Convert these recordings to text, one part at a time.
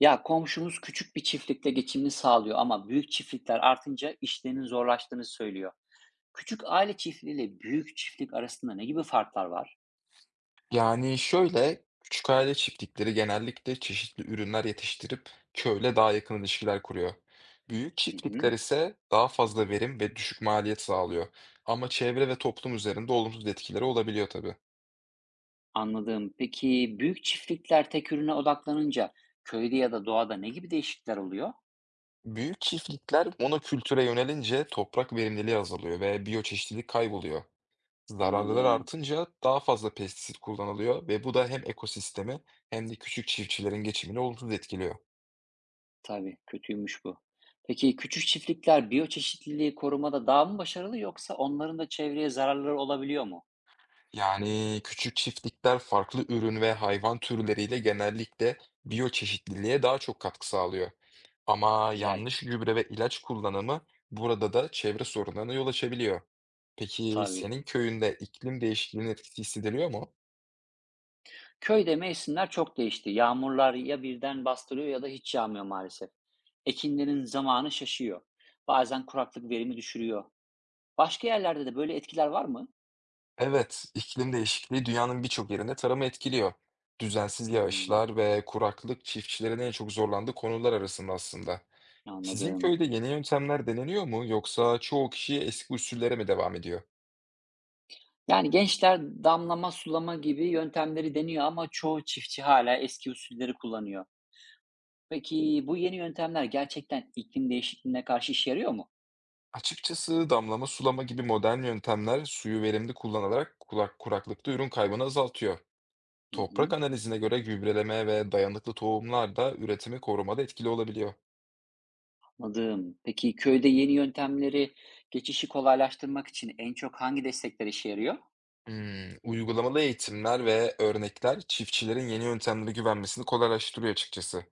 Ya komşumuz küçük bir çiftlikte geçimini sağlıyor ama büyük çiftlikler artınca işlerinin zorlaştığını söylüyor. Küçük aile çiftliğiyle büyük çiftlik arasında ne gibi farklar var? Yani şöyle, küçük aile çiftlikleri genellikle çeşitli ürünler yetiştirip köyle daha yakın ilişkiler kuruyor. Büyük Hı hı, çiftlikler ise daha fazla verim ve düşük maliyet sağlıyor. Ama çevre ve toplum üzerinde olumsuz etkileri olabiliyor tabii. anladım. Peki büyük çiftlikler tek ürüne odaklanınca köyde ya da doğada ne gibi değişiklikler oluyor? Büyük çiftlikler monokültüre yönelince toprak verimliliği azalıyor ve biyoçeşitlilik kayboluyor. Zararlılar Anladım. artınca daha fazla pestisit kullanılıyor ve bu da hem ekosistemi hem de küçük çiftçilerin geçimini olumsuz etkiliyor. Tabii kötüymüş bu. Peki küçük çiftlikler biyoçeşitliliği korumada daha mı başarılı yoksa onların da çevreye zararları olabiliyor mu? Yani küçük çiftlikler farklı ürün ve hayvan türleriyle genellikle biyoçeşitliliğe daha çok katkı sağlıyor. Ama Güzel. yanlış gübre ve ilaç kullanımı burada da çevre sorunlarına yol açabiliyor. Peki Tabii. senin köyünde iklim değişikliğinin etkisi hissediliyor mu? Köyde mevsimler çok değişti. Yağmurlar ya birden bastırıyor ya da hiç yağmıyor maalesef. Ekinlerin zamanı şaşıyor. Bazen kuraklık verimi düşürüyor. Başka yerlerde de böyle etkiler var mı? Evet, iklim değişikliği dünyanın birçok yerinde tarımı etkiliyor. Düzensiz Hmm, yağışlar ve kuraklık çiftçilerin en çok zorlandığı konular arasında aslında. Sizin anladım. köyde yeni yöntemler deneniyor mu yoksa çoğu kişi eski usullere mi devam ediyor? Yani gençler damlama, sulama gibi yöntemleri deniyor ama çoğu çiftçi hala eski usulleri kullanıyor. Peki bu yeni yöntemler gerçekten iklim değişikliğine karşı işe yarıyor mu? Açıkçası damlama, sulama gibi modern yöntemler suyu verimli kullanarak kulak, kuraklıkta ürün kaybını azaltıyor. Hı Toprak hı, analizine göre gübreleme ve dayanıklı tohumlar da üretimi korumada etkili olabiliyor. anladım. Peki köyde yeni yöntemleri geçişi kolaylaştırmak için en çok hangi destekler işe yarıyor? Hmm, uygulamalı eğitimler ve örnekler çiftçilerin yeni yöntemlere güvenmesini kolaylaştırıyor açıkçası.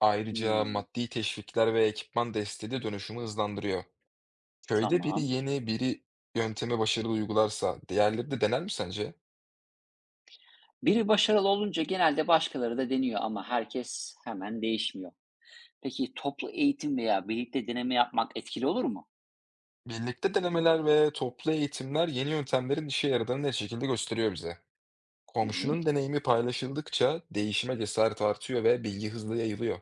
Ayrıca Hımm, maddi teşvikler ve ekipman desteği de dönüşümü hızlandırıyor. Köyde biri tamam. yeni, biri yöntemi başarılı uygularsa diğerleri de dener mi sence? Biri başarılı olunca genelde başkaları da deniyor ama herkes hemen değişmiyor. Peki toplu eğitim veya birlikte deneme yapmak etkili olur mu? Birlikte denemeler ve toplu eğitimler yeni yöntemlerin işe yaradığını net şekilde gösteriyor bize. Hı hı, Komşunun deneyimi paylaşıldıkça değişime cesaret artıyor ve bilgi hızlı yayılıyor.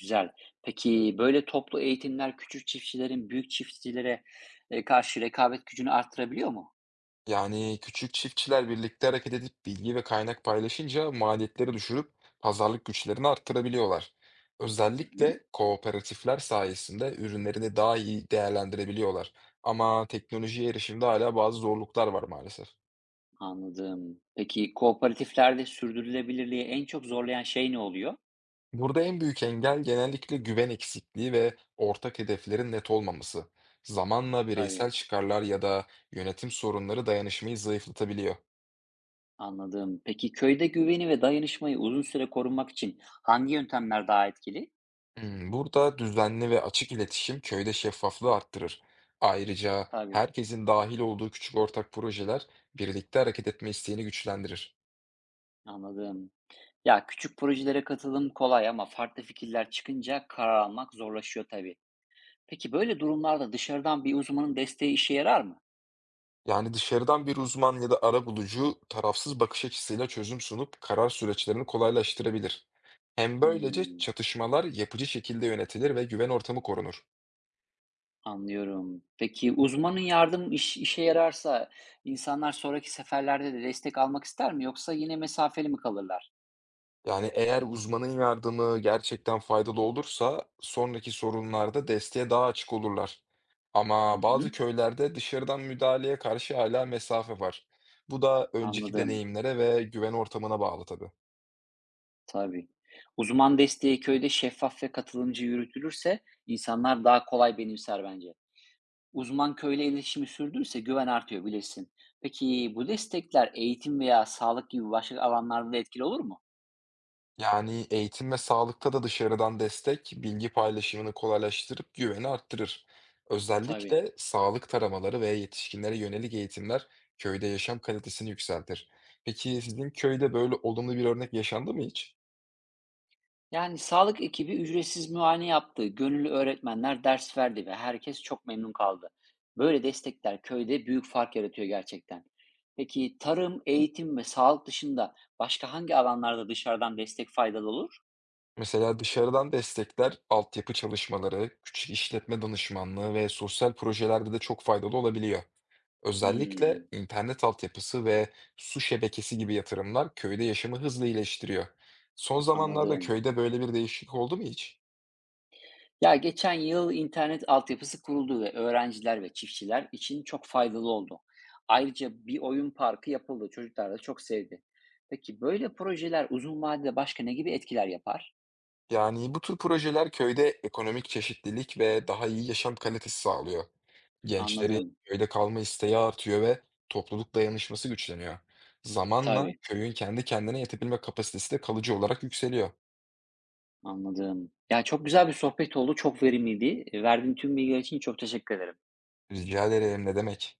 güzel. Peki böyle toplu eğitimler küçük çiftçilerin büyük çiftçilere, karşı rekabet gücünü arttırabiliyor mu? Yani küçük çiftçiler birlikte hareket edip bilgi ve kaynak paylaşınca maliyetleri düşürüp pazarlık güçlerini arttırabiliyorlar. Hı hı, Özellikle kooperatifler sayesinde ürünlerini daha iyi değerlendirebiliyorlar. Ama teknolojiye erişimde hala bazı zorluklar var maalesef. anladım. Peki kooperatiflerde sürdürülebilirliği en çok zorlayan şey ne oluyor? Burada en büyük engel genellikle güven eksikliği ve ortak hedeflerin net olmaması. Zamanla Tabii, bireysel çıkarlar ya da yönetim sorunları dayanışmayı zayıflatabiliyor. anladım. Peki köyde güveni ve dayanışmayı uzun süre korunmak için hangi yöntemler daha etkili? Hmm, burada düzenli ve açık iletişim köyde şeffaflığı arttırır. Ayrıca Tabii. herkesin dahil olduğu küçük ortak projeler birlikte hareket etme isteğini güçlendirir. Anladım. Ya küçük projelere katılım kolay ama farklı fikirler çıkınca karar almak zorlaşıyor tabii. Peki böyle durumlarda dışarıdan bir uzmanın desteği işe yarar mı? Yani dışarıdan bir uzman ya da arabulucu tarafsız bakış açısıyla çözüm sunup karar süreçlerini kolaylaştırabilir. Hem böylece Hmm, çatışmalar yapıcı şekilde yönetilir ve güven ortamı korunur. anlıyorum. Peki uzmanın yardım işe yararsa insanlar sonraki seferlerde de destek almak ister mi yoksa yine mesafeli mi kalırlar? Yani eğer uzmanın yardımı gerçekten faydalı olursa sonraki sorunlarda desteğe daha açık olurlar. Hı Ama bazı hı, köylerde dışarıdan müdahaleye karşı hala mesafe var. Bu da önceki anladım. deneyimlere ve güven ortamına bağlı tabii. Tabii. Uzman desteği köyde şeffaf ve katılımcı yürütülürse insanlar daha kolay benimser bence. Uzman köyle iletişimi sürdürürse güven artıyor bilirsin. Peki bu destekler eğitim veya sağlık gibi başka alanlarda da etkili olur mu? Yani eğitim ve sağlıkta da dışarıdan destek, bilgi paylaşımını kolaylaştırıp güveni arttırır. Tabii. Özellikle sağlık taramaları ve yetişkinlere yönelik eğitimler köyde yaşam kalitesini yükseltir. Peki sizin köyde böyle olumlu bir örnek yaşandı mı hiç? Yani sağlık ekibi ücretsiz muayene yaptı, gönüllü öğretmenler ders verdi ve herkes çok memnun kaldı. Böyle destekler köyde büyük fark yaratıyor gerçekten. Peki tarım, eğitim ve sağlık dışında başka hangi alanlarda dışarıdan destek faydalı olur? Mesela dışarıdan destekler, altyapı çalışmaları, küçük işletme danışmanlığı ve sosyal projelerde de çok faydalı olabiliyor. Özellikle Hmm, internet altyapısı ve su şebekesi gibi yatırımlar köyde yaşamı hızla iyileştiriyor. Son zamanlarda anladım. köyde böyle bir değişiklik oldu mu hiç? Ya geçen yıl internet altyapısı kuruldu ve öğrenciler ve çiftçiler için çok faydalı oldu. Ayrıca bir oyun parkı yapıldı. Çocuklar da çok sevdi. Peki böyle projeler uzun vadede başka ne gibi etkiler yapar? Yani bu tür projeler köyde ekonomik çeşitlilik ve daha iyi yaşam kalitesi sağlıyor. Gençlerin Anladım. köyde kalma isteği artıyor ve topluluk dayanışması güçleniyor. Zamanla Tabii, köyün kendi kendine yetebilme kapasitesi de kalıcı olarak yükseliyor. anladım. Ya çok güzel bir sohbet oldu. Çok verimliydi. Verdiğin tüm bilgiler için çok teşekkür ederim. Rica ederim, ne demek?